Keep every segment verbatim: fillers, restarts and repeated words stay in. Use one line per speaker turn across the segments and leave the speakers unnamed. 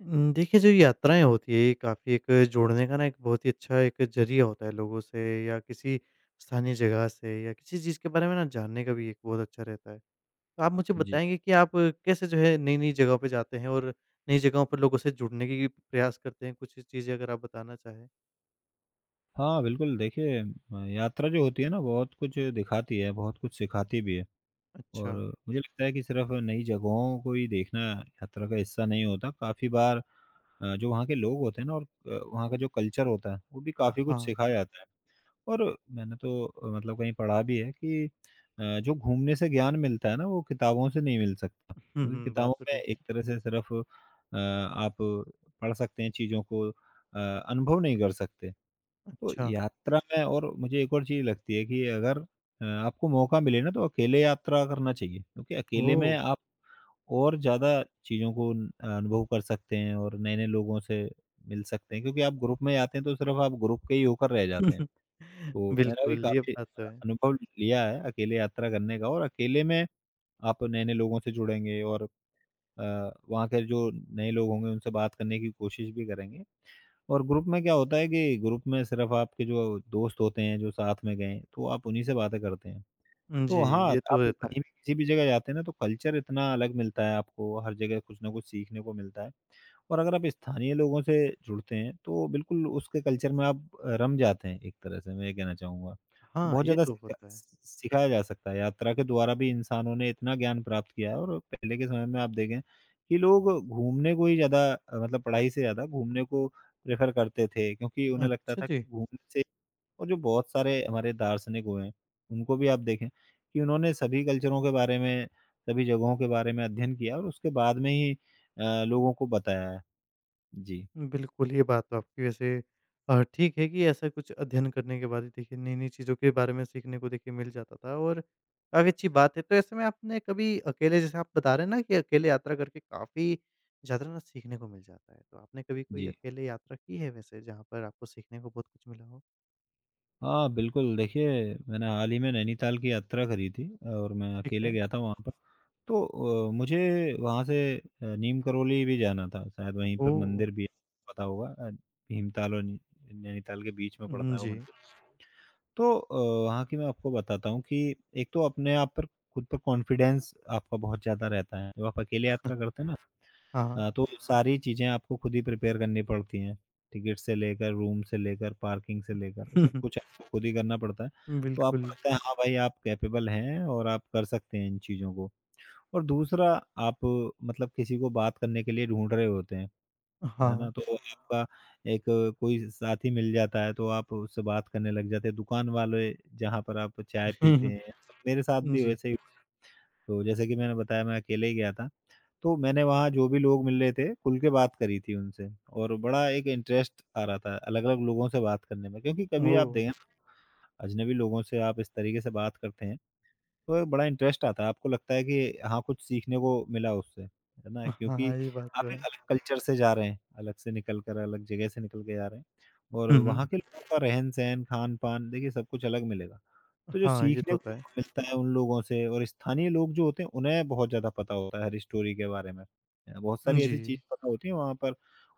उम, देखिए जो यात्राएँ होती है, ये काफ़ी एक जोड़ने का ना एक बहुत ही अच्छा एक ज़रिया होता है लोगों से या किसी स्थानीय जगह से या किसी चीज़ के बारे में ना जानने का भी एक बहुत अच्छा रहता है। तो आप मुझे
जी।
बताएँगे कि आप कैसे जो है नई-नई जगहों पे जाते हैं और नई जगहों पर लोगों से जुड़ने की प्रयास करते हैं? कुछ चीज़ें अगर आप बताना चाहें?
हाँ, बिल्कुल देखिए अ, यात्रा जो होती है ना बहुत कुछ दिखाती है, बहुत कुछ सिखाती भी है
अच्छा।
और मुझे लगता है कि सिर्फ़ नई जगहों को ही देखना यात्रा का हिस्सा नहीं होता, काफ़ी बार अ, जो वहाँ के लोग होते हैं ना और अ, वहाँ का जो कल्चर होता है, वो भी काफ़ी कुछ
हाँ।
सिखाया जाता है। और मैंने तो अ, मतलब कहीं पढ़ा भी है कि अ, जो घूमने से ज्ञान मिलता है ना वो किताबों से नहीं मिल सकता,
हुँ,
क्योंकि
हुँ, बात
किताबों
तो
में
ठीक है।
एक तरह से सिर्फ़ अ, आप पढ़ सकते हैं चीज़ों को अ, अनुभव नहीं कर सकते। तो
अच्छा।
यात्रा में और मुझे एक और चीज़ लगती है कि अगर अ, आपको मौका मिले ना तो अकेले यात्रा करना चाहिए क्योंकि अकेले
ओह!
में आप और ज़्यादा चीज़ों को न- अनुभव कर सकते हैं और नए नए लोगों से मिल सकते हैं क्योंकि आप ग्रुप में जाते हैं तो सिर्फ आप ग्रुप के ही होकर रह जाते हैं। तो मेरा भी
बिल्कुल, ये
काफ़ी
बात तो है।
अनुभव लिया है अकेले यात्रा करने का और अकेले में आप नए नए लोगों से जुड़ेंगे और अ, वहाँ के जो नए लोग होंगे उनसे बात करने की कोशिश भी करेंगे। और ग्रुप में क्या होता है कि ग्रुप में सिर्फ आपके जो दोस्त होते हैं, जो साथ में गए हैं, तो आप उन्हीं से बातें करते हैं। तो
जी,
हाँ, आप
ये तो रहता
कहीं
है।
भी किसी भी जगह जाते हैं ना, तो कल्चर इतना अलग मिलता है आपको, हर जगह कुछ ना कुछ सीखने को मिलता है। और अगर आप स्थानीय लोगों से जुड़ते हैं तो बिल्कुल उसके कल्चर में आप अ, रम जाते हैं, एक तरह से मैं ये कहना चाहूँगा। तो
हाँ,
बहुत
ये
ज़्यादा
तो
सिखा
होता है।
सिखाया जा सकता है, यात्रा के द्वारा भी इंसानों ने इतना ज्ञान प्राप्त किया है और पहले के समय में आप देखें कि लोग घूमने को ही ज़्यादा अ, मतलब पढ़ाई से ज़्यादा घूमने को प्रेफ़र करते थे क्योंकि उन्हें लगता
अच्छा
था
जी।
कि घूमने से। और जो बहुत सारे हमारे दार्शनिक हुए हैं, उनको भी आप देखें कि उन्होंने सभी कल्चरों के बारे में, सभी जगहों के बारे में अध्ययन किया और उसके बाद में ही अ, लोगों को बताया है। जी,
बिल्कुल, ये बात तो आपकी वैसे अ, ठीक है कि ऐसा कुछ अध्ययन करने के बाद ही देखिए नई-नई चीज़ों के बारे में सीखने को देखिए मिल जाता था और काफ़ी अच्छी बात है। तो ऐसे में आपने कभी अकेले जैसे आप बता रहे हैं ना कि अकेले यात्रा करके काफ़ी ज़्यादा ना सीखने को मिल जाता है। तो आपने कभी कोई
जी।
अकेले यात्रा की है वैसे जहाँ पर आपको सीखने को बहुत कुछ मिला हो?
हाँ, बिल्कुल देखिए, मैंने हाल ही में नैनीताल की यात्रा करी थी और मैं
ठीक
अकेले
है।
गया था वहाँ पर। तो अ, मुझे वहाँ से अ, नीम करोली भी जाना था, शायद वहीं पर
ओह!
मंदिर भी है, पता होगा। अ, भीमताल और नी नैनीताल के बीच में पड़ता
हुँ,
है वो
जी।
मंदिर। तो अ, वहाँ की मैं आपको बताता हूँ कि एक तो अपने आप पर, खुद पर कॉन्फिडेंस आपका बहुत ज़्यादा रहता है। जब आप अकेले यात्रा करते हैं ना,
हाँ।
अ, तो सारी चीज़ें आपको खुद ही प्रिपेयर करनी पड़ती हैं। टिकट से लेकर, रूम से लेकर, पार्किंग से लेकर, सब कुछ आपको खुद ही करना पड़ता है। तो आपको
बिल्कुल।
लगता है हाँ भाई, आप कैपेबल हैं और आप कर सकते हैं इन चीज़ों को। और दूसरा, आप मतलब किसी को बात करने के लिए ढूँढ रहे होते हैं, है ना?
हाँ।
तो आपका एक कोई साथी मिल जाता है तो आप उससे बात करने लग जाते हैं। दुकान वाले, जहाँ पर आप चाय पीते हैं, मेरे साथ भी
जी।
वैसे ही। तो जैसे कि मैंने बताया, मैं अकेले ही गया था। तो मैंने वहाँ जो भी लोग मिल रहे थे, खुल के बात करी थी उनसे और बड़ा एक इंटरेस्ट आ रहा था अलग-अलग लोगों से बात करने में, क्योंकि कभी आप
ओह!
देखें अजनबी लोगों से आप इस तरीके से बात करते हैं, तो एक बड़ा इंटरेस्ट आता है। आपको लगता है कि हाँ, कुछ सीखने को मिला उससे, है ना?
हाँ,
क्योंकि
हाँ, ये बात
आप
तो
एक
है।
अलग कल्चर से जा रहे हैं, अलग से निकल कर, अलग जगह से निकल के जा रहे हैं और
हुँ, हुँ।
वहाँ के लोगों का रहन-सहन, खान-पान देखिए सब कुछ अलग मिलेगा। तो जो
हाँ, ये
सीखने
तो
को
होता है।
मिलता है उन लोगों से, और स्थानीय लोग जो होते हैं, उन्हें बहुत ज़्यादा पता होता है हर स्टोरी के बारे में। अ, बहुत सारी
जी।
ऐसी चीज़ पता होती है वहाँ पर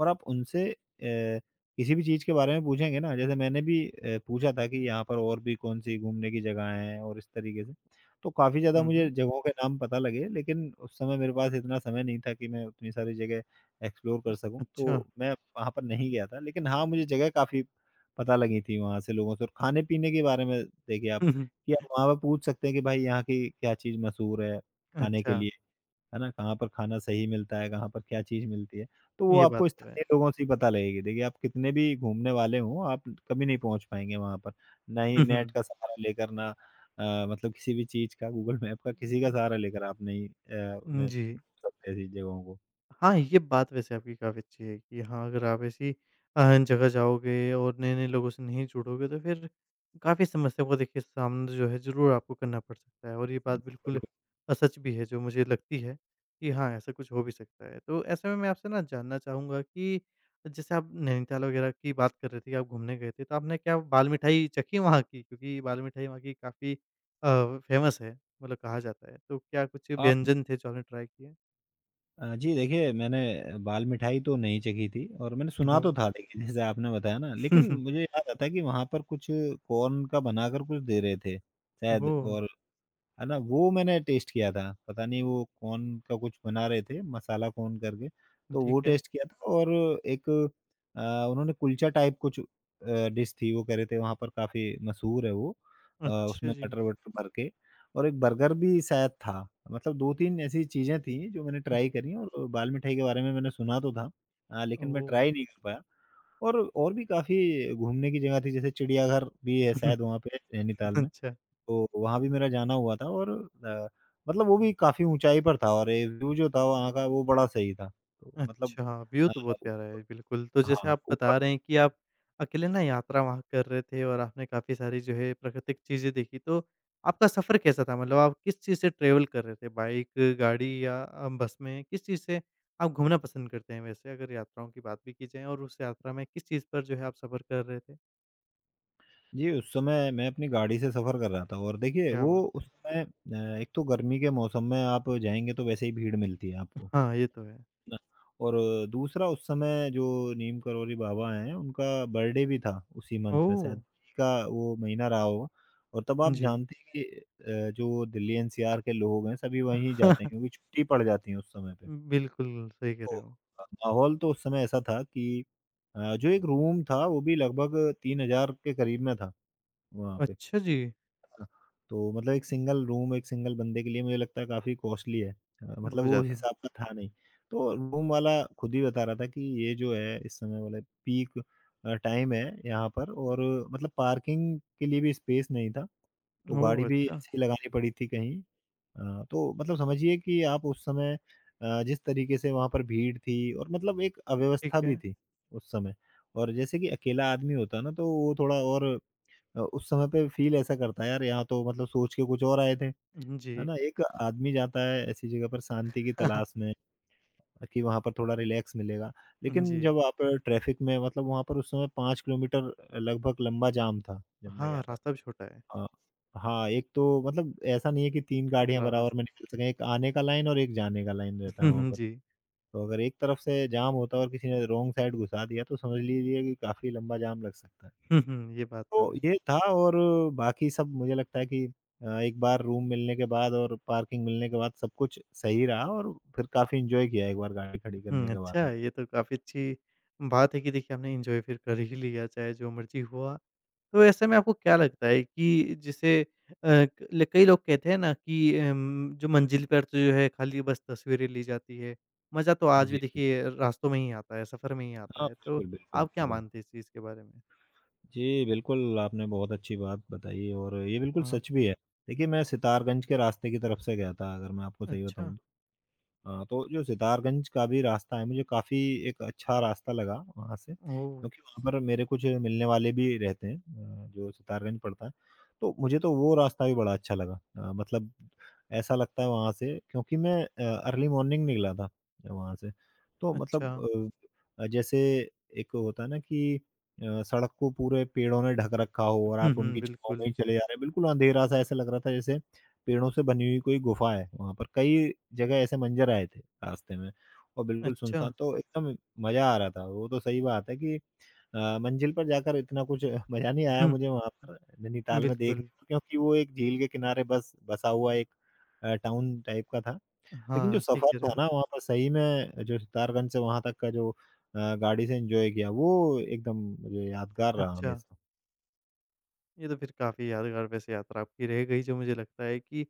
और आप उनसे अ, किसी भी चीज़ के बारे में पूछेंगे ना, जैसे मैंने भी अ, पूछा था कि यहाँ पर और भी कौन-सी घूमने की जगह हैं और इस तरीके से, तो काफ़ी ज़्यादा
हुँ,
मुझे
हुँ।
जगहों के नाम पता लगे, लेकिन उस समय मेरे पास इतना समय नहीं था कि मैं उतनी सारी जगह एक्सप्लोर
उ
कर सकूँ,
अच्छा।
तो मैं वहाँ पर नहीं गया था। लेकिन हाँ, मुझे जगह काफ़ी पता लगी थी वहाँ से लोगों से। और खाने-पीने के बारे में देखिए आप
हुँ, हुँ।
या वहाँ पे पूछ सकते हैं कि भाई यहाँ की क्या चीज़ मशहूर है खाने के
अच्छा,
लिए, है ना? कहाँ पर खाना सही मिलता है, कहाँ पर क्या चीज़ मिलती है? तो वो
ये बात
आपको
तो है।
स्थानीय लोगों से ही पता लगेगी। देखिए, आप कितने भी घूमने वाले हों, आप कभी नहीं पहुँच पाएँगे वहाँ पर। ना ही
हुँ,
नेट
हुँ।
का सहारा लेकर, ना अ, मतलब किसी भी चीज़ का, गूगल मैप का, किसी का
हुँ,
सहारा लेकर आप नहीं अ,
हुँ।
उन्हें
जी।
ढूंढ सकते ऐसी जगहों को।
हाँ, ये बात वैसे आपकी काफ़ी अच्छी है कि हाँ, अगर आप ऐसी अ, जगह जाओगे और नए-नए लोगों से नहीं जुड़ोगे तो फिर काफ़ी समस्या को देखिए सामना जो है ज़रूर आपको करना पड़ सकता है और ये बात बिल्कुल अ, सच भी है जो मुझे लगती है कि हाँ, ऐसा कुछ हो भी सकता है। तो ऐसे में मैं आपसे ना जानना चाहूँगा कि जैसे आप नैनीताल वगैरह की बात कर रहे थे कि आप घूमने गए थे, तो आपने क्या बाल मिठाई चखी वहाँ की? क्योंकि बाल मिठाई वहाँ की काफ़ी अ, फ़ेमस है, मतलब कहा जाता है। तो क्या कुछ
हाँ।
व्यंजन थे जो आपने ट्राई किए?
अ, जी देखिए, मैंने बाल मिठाई तो नहीं चखी थी और मैंने सुना
ओह!
तो था देखिए जैसे आपने बताया ना, लेकिन मुझे याद आता है कि वहाँ पर कुछ कॉर्न का बनाकर कुछ दे रहे थे शायद,
ओह!
और है ना? वो मैंने टेस्ट किया था, पता नहीं वो कौन का कुछ बना रहे थे, मसाला कौन करके, तो
ठीक
वो
है।
टेस्ट किया था। और एक अ, उन्होंने कुलचा टाइप कुछ अ, डिश थी, वो कह रहे थे वहाँ पर काफ़ी मशहूर है वो, अ,
अच्छा
उसमें
जी।
मटर-वटर भर के। और एक बर्गर भी शायद था। मतलब दो तीन ऐसी चीज़ें थी जो मैंने ट्राई करी और बाल मिठाई के बारे में मैंने सुना तो था, अ, लेकिन मैं
ओह!
ट्राई नहीं कर पाया। और और भी काफ़ी घूमने की जगह थी, जैसे चिड़ियाघर भी है शायद वहाँ पे नैनीताल में।
अच्छा,
तो वहाँ भी मेरा जाना हुआ था और अ, मतलब वो भी काफ़ी ऊँचाई पर था और ये व्यू जो था वहाँ का वो बड़ा सही था। तो मतलब
अच्छा, व्यू
अ,
तो बहुत प्यारा है, बिल्कुल। तो जैसे
हाँ,
आप
ऊपर।
बता रहे हैं कि आप अकेले ना यात्रा वहाँ कर रहे थे और आपने काफ़ी सारी जो है प्राकृतिक चीज़ें देखी, तो आपका सफ़र कैसा था? मतलब आप किस चीज़ से ट्रैवल कर रहे थे, बाइक, गाड़ी या अ, बस में? किस चीज़ से आप घूमना पसंद करते हैं वैसे अगर यात्राओं की बात भी की जाए और उस यात्रा में किस चीज़ पर जो है आप सफ़र कर रहे थे?
जी, उस समय मैं अपनी गाड़ी से सफ़र कर रहा था और देखिए
क्या
वो
बात है!
उस समय अ, एक तो गर्मी के मौसम में आप जाएँगे तो वैसे ही भीड़ मिलती है आपको।
हाँ, ये तो है।
और दूसरा उस समय जो नीम करोली बाबा हैं, उनका बर्थडे भी था उसी मंथ में
ओह!
शायद का वो महीना रहा होगा। और तब आप
जी।
जानते हैं कि अ, जो दिल्ली एनसीआर के लोग हैं सभी वहीं जाते हैं क्योंकि छुट्टी पड़ जाती है उस समय पे।
बिल्कुल, सही कह
तो
रहे हो।
अ, माहौल तो उस समय ऐसा था कि अ, जो एक रूम था वो भी लगभग तीन हज़ार के करीब में था वहाँ पे।
अच्छा जी,
हाँ, तो मतलब एक सिंगल रूम एक सिंगल बंदे के लिए मुझे लगता है काफ़ी कॉस्टली है। अ, मतलब
बहुत
वो
ज़्यादा।
हिसाब का था नहीं। तो रूम वाला खुद ही बता रहा था कि ये जो है इस समय वाला पीक अ, टाइम है यहाँ पर और मतलब पार्किंग के लिए भी स्पेस नहीं था। तो गाड़ी
ओह!
भी
अच्छा,
ऐसी लगानी पड़ी थी कहीं। अ, तो मतलब समझिए कि आप उस समय अ, जिस तरीके से वहाँ पर भीड़ थी और मतलब एक अव्यवस्था
ठीक
भी
है।
थी उस समय। और जैसे कि अकेला आदमी होता ना तो वो थोड़ा और अ, उस समय पे फ़ील ऐसा करता है यार, यहाँ तो मतलब सोच के कुछ और आए थे, है
उहुँ, जी।
ना? एक आदमी जाता है ऐसी जगह पर शांति की तलाश में कि वहाँ पर थोड़ा रिलैक्स मिलेगा। लेकिन
जी।
जब आप ट्रैफ़िक में मतलब वहाँ पर उस समय पाँच किलोमीटर लगभग लंबा जाम था, जब मैं
हाँ,
गया था।
रास्ता भी छोटा है,
अ, हाँ, एक तो मतलब ऐसा नहीं है कि तीन गाड़ियाँ
पतला
बराबर
रास
में निकल सकें, एक आने का लाइन और एक जाने का लाइन रहता है वहाँ पर।
जी।
तो अगर एक तरफ से जाम होता है और किसी ने रॉन्ग साइड घुसा दिया तो समझ लीजिए कि काफ़ी लंबा जाम लग सकता है।
हुँ, हुँ, ये बात
तो
तो है।
ये था। और बाकी सब मुझे लगता है कि अ, एक बार रूम मिलने के बाद और पार्किंग मिलने के बाद सब कुछ सही रहा और फिर काफ़ी एन्जॉय किया एक बार गाड़ी खड़ी
हुँ,
करने के बाद में।
अच्छा, ये तो काफ़ी अच्छी बात है कि देखिए आपने एन्जॉय फिर कर ही लिया, चाहे जो मर्ज़ी हुआ। तो ऐसे में आपको क्या लगता है कि जैसे अ, ल कई लोग कहते हैं ना कि अम, जो मंजिल पर तो जो है खाली बस तस्वीरें ली जाती है, मज़ा तो आज भी
जी, जी।
देखिए रास्तों में ही आता है, सफ़र में ही आता
हाँ,
है। तो
बिल्कुल, बिल्कुल,
आप क्या
बिल्कुल।
मानते हैं इस चीज़ के बारे में?
जी, बिल्कुल आपने बहुत अच्छी बात बताई और ये बिल्कुल
हाँ।
सच भी है। देखिए, मैं सितारगंज के रास्ते की तरफ से गया था, अगर मैं आपको सही
अच्छा,
बताऊँ तो। हाँ, तो जो सितारगंज का भी रास्ता है, मुझे काफ़ी एक अच्छा रास्ता लगा वहाँ से,
ओह!
क्योंकि वहाँ पर मेरे कुछ मिलने वाले भी रहते हैं अ, जो सितारगंज पड़ता है। तो मुझे तो वो रास्ता भी बड़ा अच्छा लगा। अ, मतलब ऐसा लगता है वहाँ से, क्योंकि मैं अ, अर्ली मॉर्निंग निकला था वहाँ से। तो
अच्छा।
मतलब अ अ, जैसे एक होता है ना कि अ, सड़क को पूरे पेड़ों ने ढक रखा हो और
हुँ,
आप उनकी
हुँ,
छाँव में ही
बिल्कुल।
चले जा रहे हैं, बिल्कुल अँधेरा-सा ऐसा लग रहा था जैसे पेड़ों से बनी हुई कोई गुफ़ा है वहाँ पर, कई जगह ऐसे मंज़र आए थे रास्ते में और बिल्कुल
अच्छा।
सुनसान तो एकदम मज़ा आ रहा था। वो तो सही बात है कि अ, मंज़िल पर जाकर इतना कुछ मज़ा नहीं आया
हुँ,
मुझे वहाँ पर नैनीताल में देखने
बिल्कुल।
को, क्योंकि वो एक झील के किनारे बस बसा हुआ एक अ, टाउन टाइप का था। लेकिन जो
हाँ, ठीक
सफ़र
कह रहे
था
हो।
ना वहाँ पर सही में, जो सितारगंज से वहाँ तक का जो अ, गाड़ी से एन्जॉय किया, वो एकदम मुझे यादगार रहा
अच्छा।
हमेशा।
ये तो फिर काफ़ी यादगार वैसे यात्रा आपकी रह गई जो मुझे लगता है कि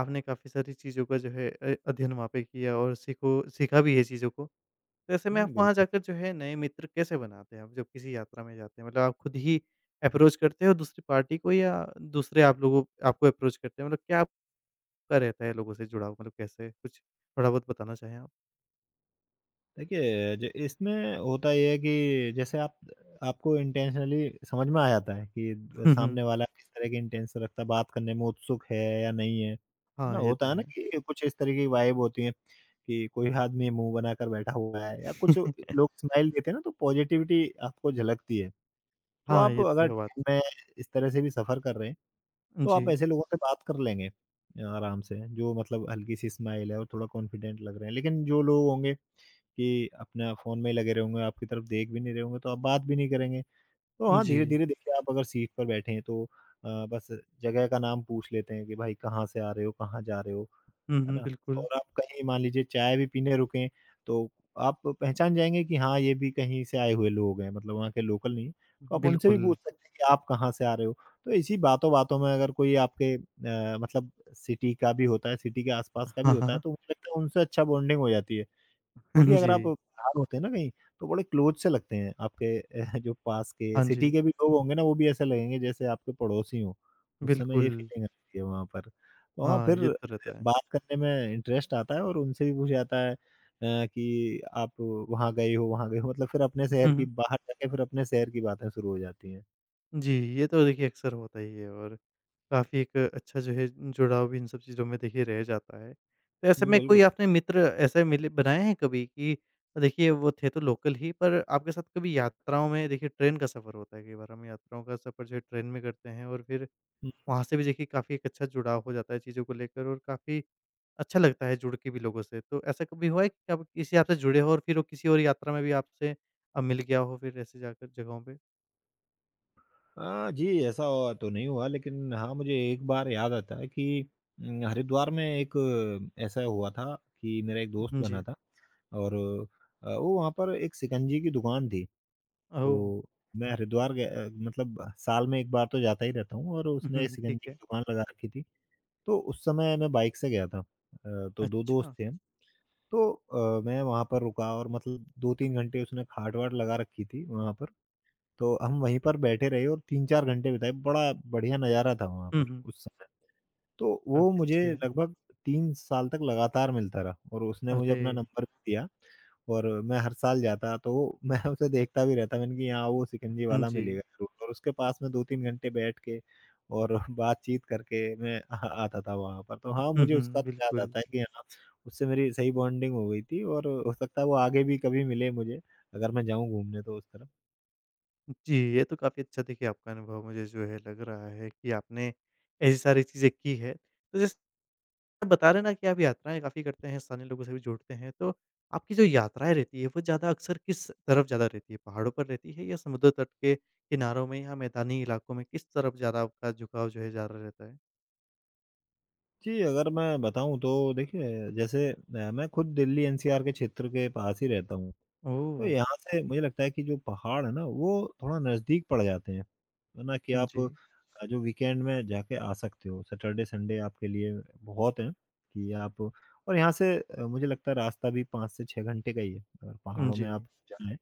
आपने काफ़ी सारी चीज़ों का जो है अ, अध्ययन वहाँ पे किया और सीखो सीखा भी है चीज़ों को। तो ऐसे में आप
हुँ,
वहाँ
बिल्कुल।
जाकर जो है नए मित्र कैसे बनाते हैं आप जब किसी यात्रा में जाते हैं? मतलब आप खुद ही अप्रोच करते हो दूसरी पार्टी को या दूसरे आप लोगों आपको अप्रोच करते हैं? मतलब क्या आपका रहता है लोगों से जुड़ाव मतलब कैसे? कुछ थोड़ा बहुत बताना चाहें आप?
देखिए, ज इसमें होता ये है कि जैसे आप आपको इंटेंशनली समझ में आ जाता है कि अ,
हुँ, हुँ।
सामने वाला किस तरह की इंटेंशन रखता है, बात करने में उत्सुक है या नहीं है। है ना?
हाँ, ये
होता
तो
है ना
है।
कि कुछ इस तरह की वाइब होती है कि कोई आदमी मुँह बनाकर बैठा हुआ है या कुछ लोग स्माइल देते हैं ना, तो पॉजिटिविटी आपको झलकती है। तो
हाँ,
आप
ये तो
अगर
है बात।
ट्रेन में इस तरह से भी सफ़र कर रहे हैं, तो आप
जी।
ऐसे लोगों से बात कर लेंगे आराम से, जो मतलब हल्की-सी स्माइल है और थोड़ा कॉन्फिडेंट लग रहे हैं। लेकिन जो लोग होंगे कि अपना फ़ोन में ही लगे रहेंगे, आपकी तरफ देख भी नहीं रहे होंगे, तो आप बात भी नहीं करेंगे। तो हाँ,
जी।
धीरे-धीरे देखिए आप अगर सीट पर बैठे हैं तो अ, बस जगह का नाम पूछ लेते हैं कि भाई कहाँ से आ रहे हो, कहाँ जा रहे हो,
हुँ,
है
हुँ,
ना?
बिल्कुल।
और आप कहीं मान लीजिए चाय भी पीने रुकें, तो आप पहचान जाएँगे कि हाँ, ये भी कहीं से आए हुए लोग हैं, मतलब वहाँ के लोकल नहीं। तो आप उनसे भी
बिल्कुल।
पूछ सकते हैं कि आप कहाँ से आ रहे हो? तो इसी बातों-बातों में अगर कोई आपके अ, मतलब सिटी का भी होता है, सिटी के आस-पास का भी
हाँ,
होता है,
हाँ।
तो मुझे लगता है उनसे अच्छा बॉन्डिंग हो जाती है। क्योंकि अगर आप
जी।
बाहर होते हैं ना कहीं, तो बड़े क्लोज़ से लगते हैं आपके अ, जो पास के
हाँ
सिटी
जी,
के भी लोग होंगे ना, वो भी ऐसे लगेंगे जैसे आपके पड़ोसी हों। उस समय ये
बिल्कुल।
फ़ीलिंग आती है वहाँ पर। वहाँ
हाँ,
फिर
ये तो रहता है।
बात करने में इंटरेस्ट आता है और उनसे भी पूछा जाता है अ, कि आप वहाँ गए हो, वहाँ गए हो, मतलब फिर अपने शहर की
हम्म,
बाहर जाके फिर अपने शहर की बातें शुरू हो जाती हैं।
जी, ये तो देखिए अक्सर होता ही है और काफ़ी एक अच्छा जो है जुड़ाव भी इन सब चीज़ों में देखिए रह जाता है। तो ऐसे
हुँ,
में
बिल्कुल।
कोई आपने मित्र ऐसे मिले बनाए हैं कभी कि देखिए वो थे तो लोकल ही पर आपके साथ कभी यात्राओं में देखिए ट्रेन का सफ़र होता है कई बार हम यात्राओं का सफ़र जो है ट्रेन में करते हैं और फिर वहाँ से भी देखिए काफ़ी एक अच्छा जुड़ाव हो जाता है चीज़ों को लेकर और काफ़ी अच्छा लगता है जुड़ के भी लोगों से। तो ऐसा कभी हुआ है कि आप किसी आपसे जुड़े हो और फिर वो किसी और यात्रा में भी आपसे अ, मिल गया हो फिर ऐसे जाकर जगहों पे?
अ, जी, ऐसा हुआ तो नहीं हुआ, लेकिन हाँ मुझे एक बार याद आता है कि अम, हरिद्वार में एक अ, ऐसा हुआ था कि मेरा एक दोस्त
हुँ,
बना
जी।
था। और अ, वो, वहाँ पर एक शिकंजी की दुकान थी।
ओह!
तो मैं हरिद्वार गया, अ, मतलब साल में एक बार तो जाता ही रहता हूँ, और उसने एक
उहुँ, ठीक
शिकंजी की
है।
दुकान लगा रखी थी। तो उस समय मैं बाइक से गया था, अ, तो दो दोस्त
अच्छा।
थे हम। तो अ, मैं वहाँ पर रुका और मतलब दो तीन घंटे उसने खाट वाट लगा रखी थी वहाँ पर, तो हम वहीं पर बैठे रहे और तीन चार घंटे बिताए, बड़ा बढ़िया नज़ारा था वहाँ
हुँ,
पर
हुँ।
उस समय। तो वो
काफ़ी
मुझे
अच्छी है।
लगभग तीन साल तक लगातार मिलता रहा और उसने मुझे
अरे!
अपना नंबर भी दिया। और मैं हर साल जाता तो मैं उसे देखता भी रहता, मैंने कि यहाँ वो शिकंजी
हुँ,
वाला मिलेगा
जी।
ज़रूर, और उसके पास में दो तीन घंटे बैठ के और बातचीत करके मैं अ, आता था वहाँ पर। तो हाँ,
हुँ,
मुझे उसका
हुँ,
तो याद
बिल्कुल।
आता है कि हाँ, उससे मेरी सही बॉन्डिंग हो गई थी और हो सकता है वो आगे भी कभी मिले मुझे, अगर मैं जाऊँ घूमने तो उस तरफ।
जी, ये तो काफ़ी अच्छा देखिए आपका अनुभव मुझे जो है लग रहा है कि आपने ऐसी सारी चीज़ें की है। तो जैसे आप बता रहे हैं ना कि आप यात्राएँ काफ़ी करते हैं, स्थानीय लोगों से भी जुड़ते हैं, तो आपकी जो यात्राएँ रहती है, वो ज़्यादा अक्सर किस तरफ ज़्यादा रहती है? पहाड़ों पर रहती है या समुद्र तट के किनारों में या मैदानी इलाकों में, किस तरफ ज़्यादा आपका झुकाव जो है ज़्यादा रहता है?
जी, अगर मैं बताऊँ तो देखिए जैसे अ, मैं खुद दिल्ली एन सी आर के क्षेत्र के पास ही रहता हूँ, तो
ओह!
यहाँ से मुझे लगता है कि जो पहाड़ है ना वो थोड़ा नज़दीक पड़ जाते हैं, है ना? कि आप
जी।
अ, जो वीकेंड में जाके आ सकते हो, सैटरडे संडे आपके लिए बहुत हैं कि आप। और यहाँ से अ, मुझे लगता है रास्ता भी पाँच से छह घंटे का ही है, अगर पहाड़ों
जी,
में आप जाएँ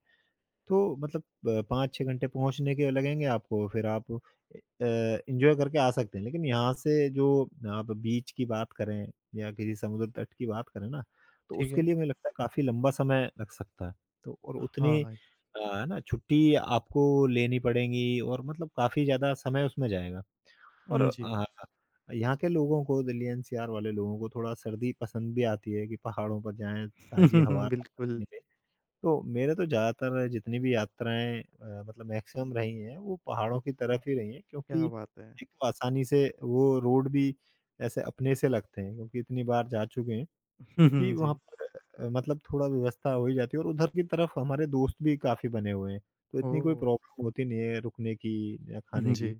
तो मतलब अ, पाँच छह घंटे पहुँचने के लगेंगे आपको, फिर आप ए अ, एन्जॉय करके आ सकते हैं। लेकिन यहाँ से जो आप बीच की बात करें या किसी समुद्र तट की बात करें ना, तो
ठीक
उसके
है।
लिए मुझे लगता है काफ़ी लंबा समय लग सकता है। तो और उतनी
हाँ,
अ, है ना छुट्टी आपको लेनी पड़ेगी और मतलब काफ़ी ज़्यादा समय उसमें जाएगा। और
उम, जी।
अ, यहाँ के लोगों को, दिल्ली एन सी आर वाले लोगों को थोड़ा सर्दी पसंद भी आती है कि पहाड़ों पर जाएँ, ताज़ी हवा।
बिल्कुल,
तो मेरा तो ज़्यादातर जितनी भी यात्राएँ, अ, मतलब मैक्सिमम रही हैं, वो पहाड़ों की तरफ ही रही हैं, क्योंकि
क्या बात है।
एक तो आसानी से वो रोड भी ऐसे अपने से लगते हैं क्योंकि इतनी बार जा चुके हैं कि वहाँ
जी,
पर अ, मतलब थोड़ा व्यवस्था हो ही जाती है और उधर की तरफ हमारे दोस्त भी काफ़ी बने हुए हैं, तो इतनी कोई
ओह!
प्रॉब्लम होती नहीं है रुकने की या खाने
जी।
की।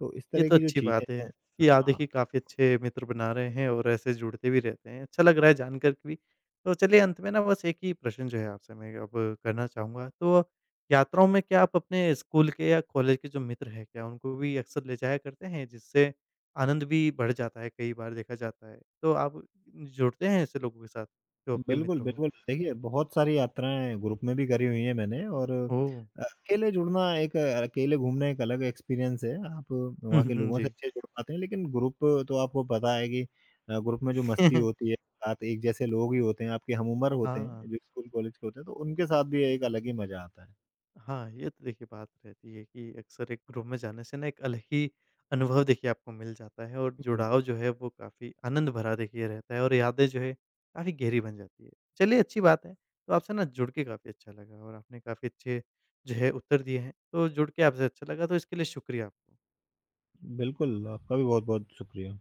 तो इस
ये
तरह
तो
की जो
अच्छी
चीज़ें
बात है
हैं।
कि आप
हाँ।
देखिए काफ़ी अच्छे मित्र बना रहे हैं और ऐसे जुड़ते भी रहते हैं। अच्छा लग रहा है जानकर के भी। तो चलिए अंत में ना बस एक ही प्रश्न जो है आपसे मैं अब करना चाहूँगा। तो यात्राओं में क्या आप अपने स्कूल के या कॉलेज के जो मित्र हैं क्या उनको भी अक्सर ले जाया करते हैं? जिससे आनंद भी बढ़ जाता है कई बार देखा जाता है। तो आप जुड़ते हैं ऐसे लोगों के साथ जो आपके
बिल्कुल,
मित्र हों?
बिल्कुल। देखिए, बहुत सारी यात्राएँ ग्रुप में भी करी हुई हैं मैंने, और
ओह!
अ, अकेले जुड़ना एक अ, अकेले घूमना एक अलग एक्सपीरियंस है। आप
हुँ,
वहाँ के
हुँ,
लोगों से
जी।
अच्छे जुड़ पाते हैं, लेकिन ग्रुप, तो आपको पता है कि अ, ग्रुप में जो मस्ती होती है, साथ एक जैसे लोग ही होते हैं, आपके हम उम्र होते हैं,
हाँ।
जो स्कूल कॉलेज के होते हैं, तो उनके साथ भी एक अलग ही मज़ा आता है।
हाँ, ये तो देखिए बात रहती है कि अक्सर एक ग्रुप में जाने से ना एक अलग ही अनुभव देखिए आपको मिल जाता है और
बिल्कुल,
जुड़ाव जो है वो काफ़ी आनंद भरा देखिए रहता है और यादें जो है काफ़ी गहरी बन जाती है। चलिए अच्छी बात है, तो आपसे ना जुड़ के काफ़ी अच्छा लगा और आपने काफ़ी अच्छे जो है उत्तर दिए हैं, तो जुड़ के आपसे अच्छा लगा तो इसके लिए शुक्रिया आपको।
बिल्कुल, आपका भी बहुत-बहुत शुक्रिया।